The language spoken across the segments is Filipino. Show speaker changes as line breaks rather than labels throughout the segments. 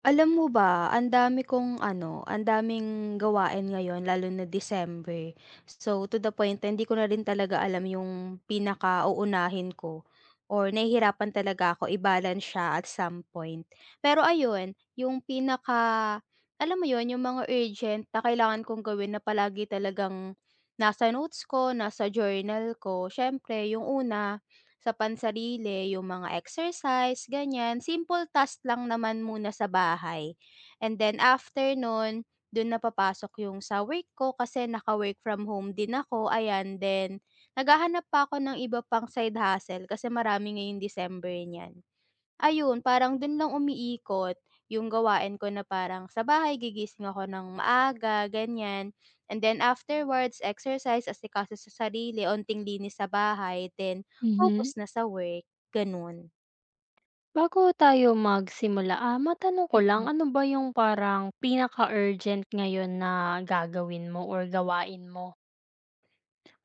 Alam mo ba, ang dami kong ano, ang daming gawain ngayon lalo na December. So to the point na hindi ko na rin talaga alam yung pinaka pinakauunahin ko or nahihirapan talaga ako i-balance siya at some point. Pero ayun, yung pinaka alam mo yun, yung mga urgent na kailangan kong gawin na palagi talagang nasa notes ko, nasa journal ko. Syempre, yung una, sa pansarili, yung mga exercise, ganyan. Simple task lang naman muna sa bahay. And then after nun, do'n na papasok yung sa work ko kasi naka-work from home din ako, ayan. Then naghahanap pa ako ng iba pang side hustle kasi marami ngayong December niyan. Ayun, parang dun lang umiikot yung gawain ko na parang sa bahay gigising ako ng maaga, ganyan. And then afterwards, exercise, asikaso sa sarili, onting linis sa bahay, then focus
Mhm.
na sa work, ganun.
Bago tayo magsimula, matanong ko lang,
Mm.
ano ba yung parang pinaka-urgent ngayon na gagawin mo or gawain mo?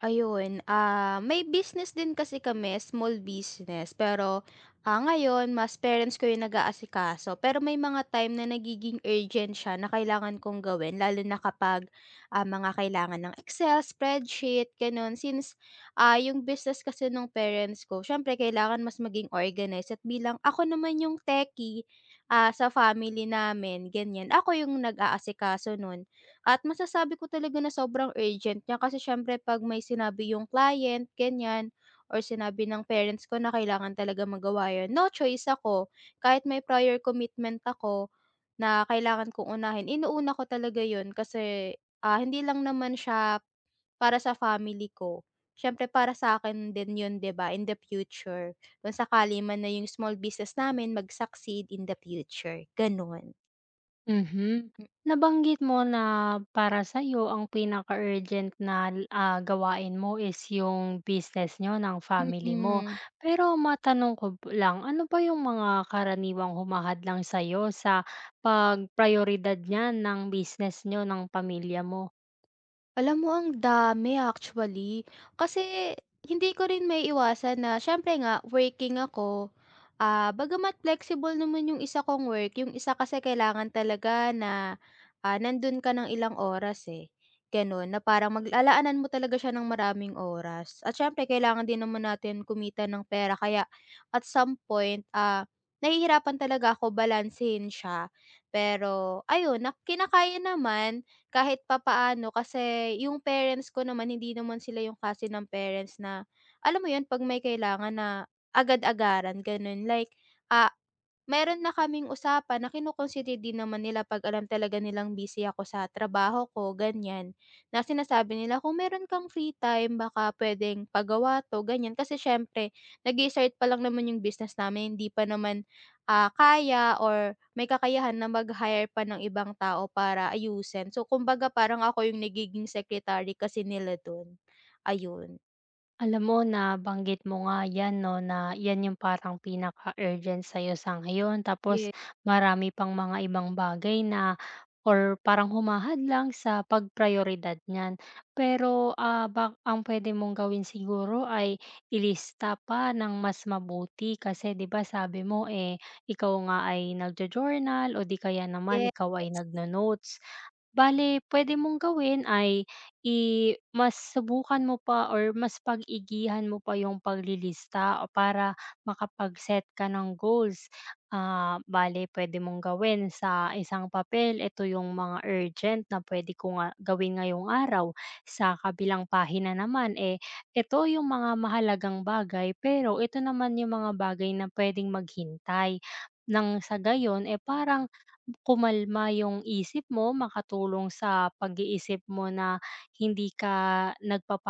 Ayun, may business din kasi kami, small business. Pero, ngayon mas parents ko yung nag-aasikaso. Pero may mga time na nagiging urgent siya na kailangan kong gawin lalo na kapag, mga kailangan ng Excel, spreadsheet, gano'n. Since, yung business kasi nung parents ko siyempre kailangan mas maging organized at bilang ako naman yung techie, sa family namin, ganyan. Ako yung nag-aasikaso nun. At masasabi ko talaga na sobrang urgent niya kasi siyempre 'pag may sinabi yung client, ganyan, or sinabi ng parents ko na kailangan talaga magawa yun, no choice ako. Kahit may prior commitment ako na kailangan kong unahin, inuuna ko talaga yun kasi, hindi lang naman siya para sa family ko, siyempre para sa akin din yun 'di ba, in the future. Kung sakali man na yung small business namin mag-succeed in the future, gano'n.
Mhm.
Mm.
Nabanggit mo na para sa'yo ang pinaka-urgent na, gawain mo is yung business niyo ng family mo.
mm,
Pero matanong ko lang, ano ba yung mga karaniwang humahadlang sa'yo sa pagprioridad niyan ng business niyo ng pamilya mo?
Alam mo ang dami actually. Kasi hindi ko rin may iwasan na siyempre nga working ako. Ah, bagamat flexible naman yung isa kong work, yung isa kasi kailangan talaga na nandun ka ng ilang oras eh. Ganun, na parang maglalaanan mo talaga siya ng maraming oras. At syempre, kailangan din naman natin kumita ng pera. Kaya at some point, nahihirapan talaga ako balansehin siya. Pero ayun, na, kinakaya naman kahit papaano kasi yung parents ko naman hindi naman sila yung klase ng parents na, alam mo yun 'pag may kailangan na agad-agaran ganun like, ah, meron na kaming usapan na din naman nila 'pag alam talaga nilang busy ako sa trabaho ko, ganyan. Na sinasabi nila, "Kung meron kang free time baka puwedeng pagawa 'to," ganyan. Kasi siyempre nag-i-start pa lang naman yung business namin, hindi pa naman, kaya or may kakayahan na mag-hire pa ng ibang tao para ayusin. So, kumbaga parang ako yung nagiging secretary kasi nila dun, ayun.
Alam mo, nabanggit mo nga 'yan 'no, na 'yan yung parang pinaka-urgent sa iyo sa ngayon tapos
Yes.
marami pang mga ibang bagay na or parang humahadlang sa pagprayoridad niyan. Pero, bak ang pwede mong gawin siguro ay ilista pa ng mas mabuti kasi 'di ba sabi mo, eh, ikaw nga ay nagjo-journal o 'di kaya naman
Yes.
ikaw ay nagno-notes. Bale pwede mong gawin ay I mas subukan mo pa or mas pag-igihan mo pa yung paglilista o para makapag-set ka ng goals. Bale pwede mong gawin sa isang papel, ito yung mga urgent na pwede ko nga gawin ngayong araw. Sa kabilang pahina naman, eh, ito yung mga mahalagang bagay, pero ito naman yung mga bagay na puwedeng maghintay. Nang sa gayon, eh, parang kumalma yung isip mo, makatulong sa pag-iisip mo na hindi ka nagpa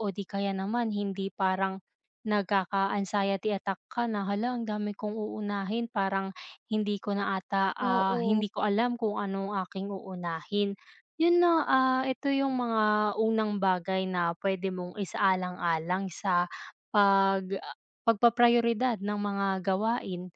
o di kaya naman hindi parang nagkaka-anxiety attack ka na, "Hala, ang dami kong uunahin, parang hindi ko na ata,
Oo.
hindi ko alam kung anong aking uunahin." Yun na, ito yung mga unang bagay na pwede mong isaalang-alang sa pag pagpaprioridad ng mga gawain.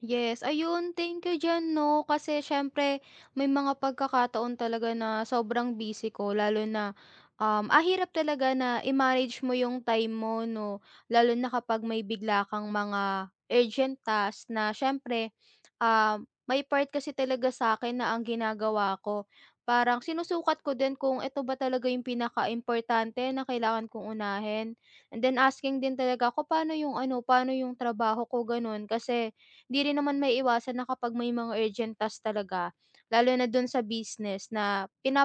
Yes, ayun, thank you diyan 'no, kasi siyempre may mga pagkakataon talaga na sobrang busy ko lalo na, um, ah, talaga na i-manage mo yung time mo 'no, lalo na kapag may bigla kang mga urgent task na siyempre, may part kasi talaga sa akin na ang ginagawa ko, parang sinusukat ko din kung ito ba talaga yung pinaka importante na kailangan kong unahin and then asking din talaga ako paano yung ano, paano yung trabaho ko gano'n kasi 'di rin naman maiiwasan na kapag may mga urgent tasks talaga, lalo na dun sa business na pina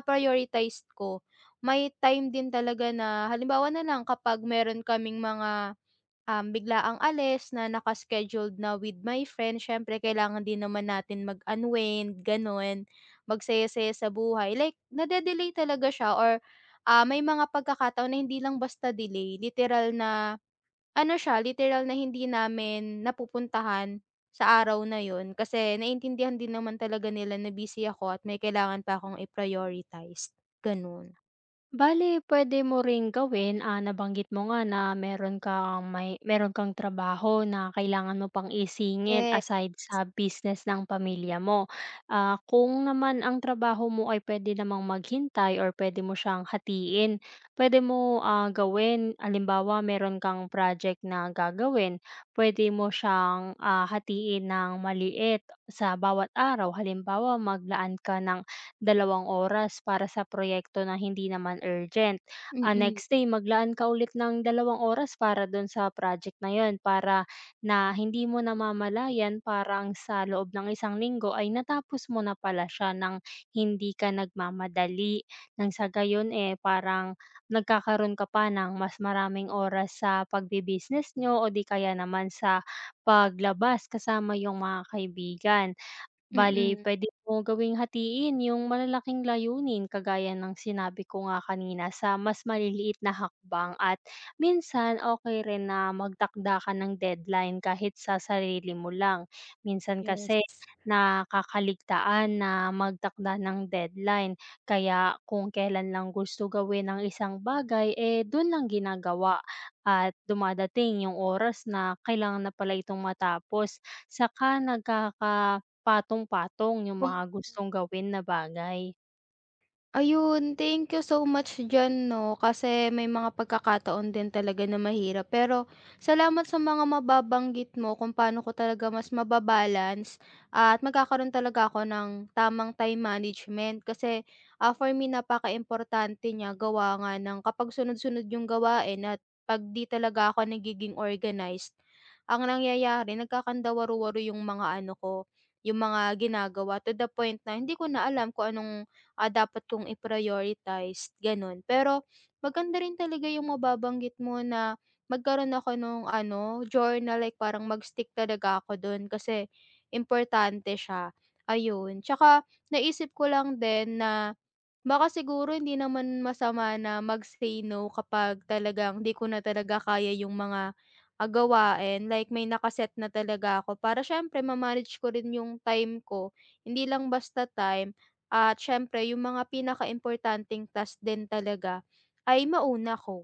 ko, may time din talaga na halimbawa na lang kapag meron kaming mga, biglaang alis na nakascheduled na with my friend siyempre kailangan din naman natin mag-unwind gano'n, magsaya-saya sa buhay like nade-delay talaga siya or, may mga pagkakataon na hindi lang basta delay literal na ano siya literal na hindi namin napupuntahan sa araw na yun kasi naintindihan din naman talaga nila na busy ako at may kailangan pa akong i-prioritize, ganun.
Bale, pwede mo ring gawin, nabanggit mo nga na meron kang may meron kang trabaho na kailangan mo pang isingit
Yes.
aside sa business ng pamilya mo. Kung naman ang trabaho mo ay puwede namang maghintay or pwede mo siyang hatiin, pwede mo, gawin halimbawa meron kang project na gagawin, pwede mo siyang, hatiin ng maliit sa bawat araw. Halimbawa maglaan ka ng 2 oras para sa proyekto na hindi naman urgent.
Mm.
Next day maglaan ka ulit ng 2 oras para dun sa project na yun para na hindi mo namamalayan parang sa loob ng isang linggo ay natapos mo na pala siya ng hindi ka nagmamadali. Nang sa gayon eh parang nagkakaroon ka pa ng mas maraming oras sa pagbi-business nyo o di kaya naman sa paglabas kasama yung mga kaibigan. Bale,
mm,
puwede mo gawing hatiin yung malalaking layunin kagaya ng sinabi ko nga kanina sa mas maliliit na hakbang at minsan okay rin na magtakda ka ng deadline kahit sa sarili mo lang. Minsan kasi
yes.
nakakaligtaan na magtakda ng deadline kaya kung kailan lang gusto gawin ang isang bagay, eh, dun lang ginagawa at dumadating yung oras na kailangan na pala itong matapos saka nagkaka patong-patong yung
Kum
mga gustong gawin na bagay.
Ayun, thank you so much diyan 'no, kasi may mga pagkakataon din talaga na mahirap. Pero salamat sa mga mababanggit mo kung paano ko talaga mas mababalance at magkakaroon talaga ako ng tamang time management. Kasi, for me napaka importante niya gawa nga ng kapag sunod-sunod yung gawain at 'pag 'di talaga ako nagiging organized, ang nangyayari nagkakandawaru-waru yung mga ano ko, yung mga ginagawa to the point na hindi ko na alam kung anong dapat kong i-prioritize, gano'n. Pero maganda rin talaga yung mababanggit mo na magkaroon ako nung ano, journal, like parang mag-stick talaga ako do'n kasi importante siya, ayun. Tsaka naisip ko lang din na baka siguro hindi naman masama na mag-say no kapag talagang 'di ko na talaga kaya yung mga, gawain. Like may nakaset na talaga ako para siyempre ma-manage ko rin yung time ko, hindi lang basta time. At siyempre yung mga pinakaimportanteng task din talaga ay mauna ko.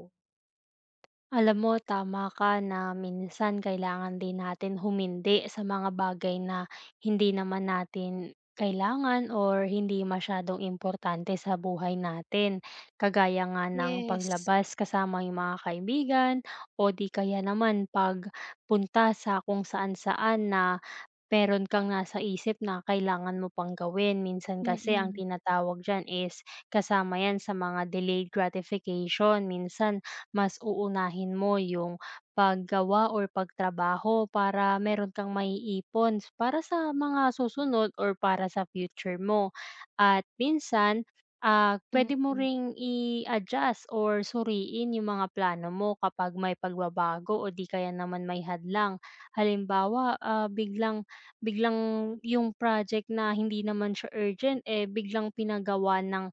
Alam mo tama ka na minsan kailangan din natin humindi sa mga bagay na hindi naman natin kailangan or hindi masyadong importante sa buhay natin. Kagaya nga ng
Yes.
paglabas kasama yung mga kaibigan o di kaya naman pagpunta sa kung saan-saan na meron kang nasa isip na kailangan mo pang gawin. Minsan kasi ang
Mm.
tinatawag diyan is kasama 'yan sa mga delayed gratification. Minsan mas uunahin mo yung paggawa or pagtrabaho para meron kang maiipon para sa mga susunod or para sa future mo. At minsan, pwede mo
Mm.
ring i-adjust or suriin yung mga plano mo kapag may pagbabago o di kaya naman may hadlang. Halimbawa, ah, biglang biglang yung project na hindi naman siya urgent, eh, biglang pinagawa ng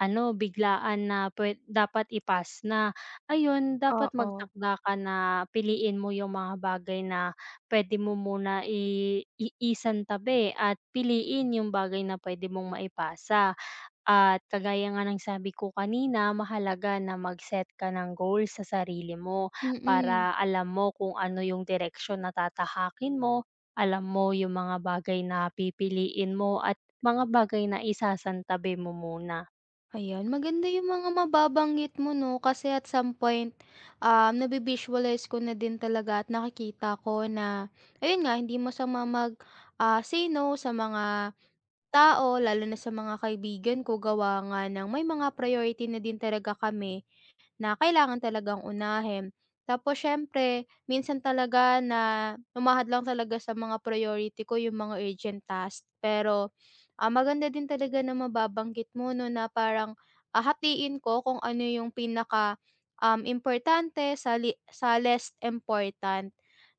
ano, biglaan na pwe dapat ipas na. Ayun, dapat
Oo.
magtakda ka na piliin mo yung mga bagay na pwede mo muna i isantabi at piliin yung bagay na pwede mong maipasa. At kagaya nga ng sabi ko kanina, mahalaga na mag-set ka ng goal sa sarili mo para
Mm.
alam mo kung ano yung direksyon na tatahakin mo, alam mo yung mga bagay na pipiliin mo at mga bagay na isasantabi mo muna.
Ayan, maganda yung mga mababanggit mo 'no, kasi at some point, navi-visualize ko na din talaga at nakikita ko na ayun nga hindi masama mag, say no sa mga tao lalo na sa mga kaibigan ko gawa nga ng may mga priority na din talaga kami na kailangan talagang unahin. Tapos siyempre, minsan talaga na umahad lang talaga sa mga priority ko yung mga urgent task. Pero, maganda din talaga na mababanggit mo 'no, na parang, hatiin ko kung ano yung pinaka, importante sa li sa less important.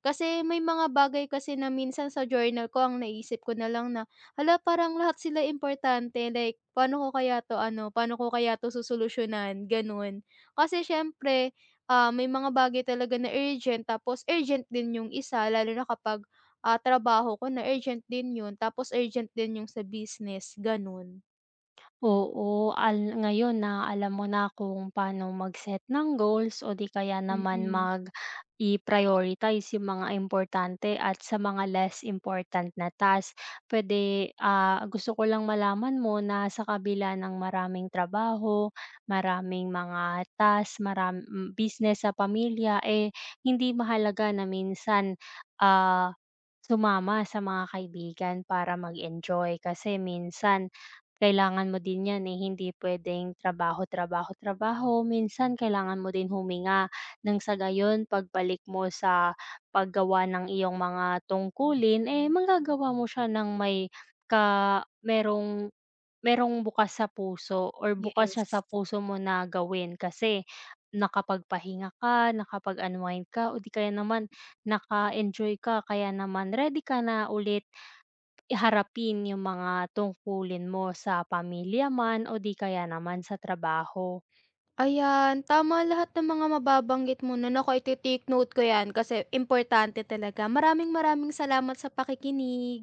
Kasi may mga bagay kasi na minsan sa journal ko ang naisip ko na lang na, hala parang lahat sila importante like paano ko kaya 'to ano, paano ko kaya 'to susolusyunan, gano'n. Kasi siyempre, may mga bagay talaga na urgent tapos urgent din yung isa lalo na kapag, trabaho ko na urgent din yun tapos urgent din yung sa business, ganun.
Oo, al ngayon na alam mo na kung paano mag-set ng goals o di kaya naman
Mm,
mag i-prioritize yung mga importante at sa mga less important na task. Pwede, gusto ko lang malaman mo na sa kabila ng maraming trabaho, maraming mga task, maram m business sa pamilya, eh, hindi mahalaga na minsan, ah, sumama sa mga kaibigan para mag-enjoy kasi minsan kailangan mo din 'yan, eh, hindi pwedeng trabaho, trabaho, trabaho. Minsan kailangan mo din huminga nang sa gayon pagbalik mo sa paggawa ng iyong mga tungkulin, eh, magagawa mo siya ng may ka merong merong bukas sa puso or bukas siya sa
yes.
puso mo na gawin kasi nakapagpahinga ka, nakapag-unwind ka o di kaya naman naka-enjoy ka kaya naman ready ka na ulit harapin yung mga tungkulin mo sa pamilya man o di kaya naman sa trabaho.
Ayan, tama lahat ng mga mababanggit mo na naku ite-take note ko yan kasi importante talaga. Maraming maraming salamat sa pakikinig.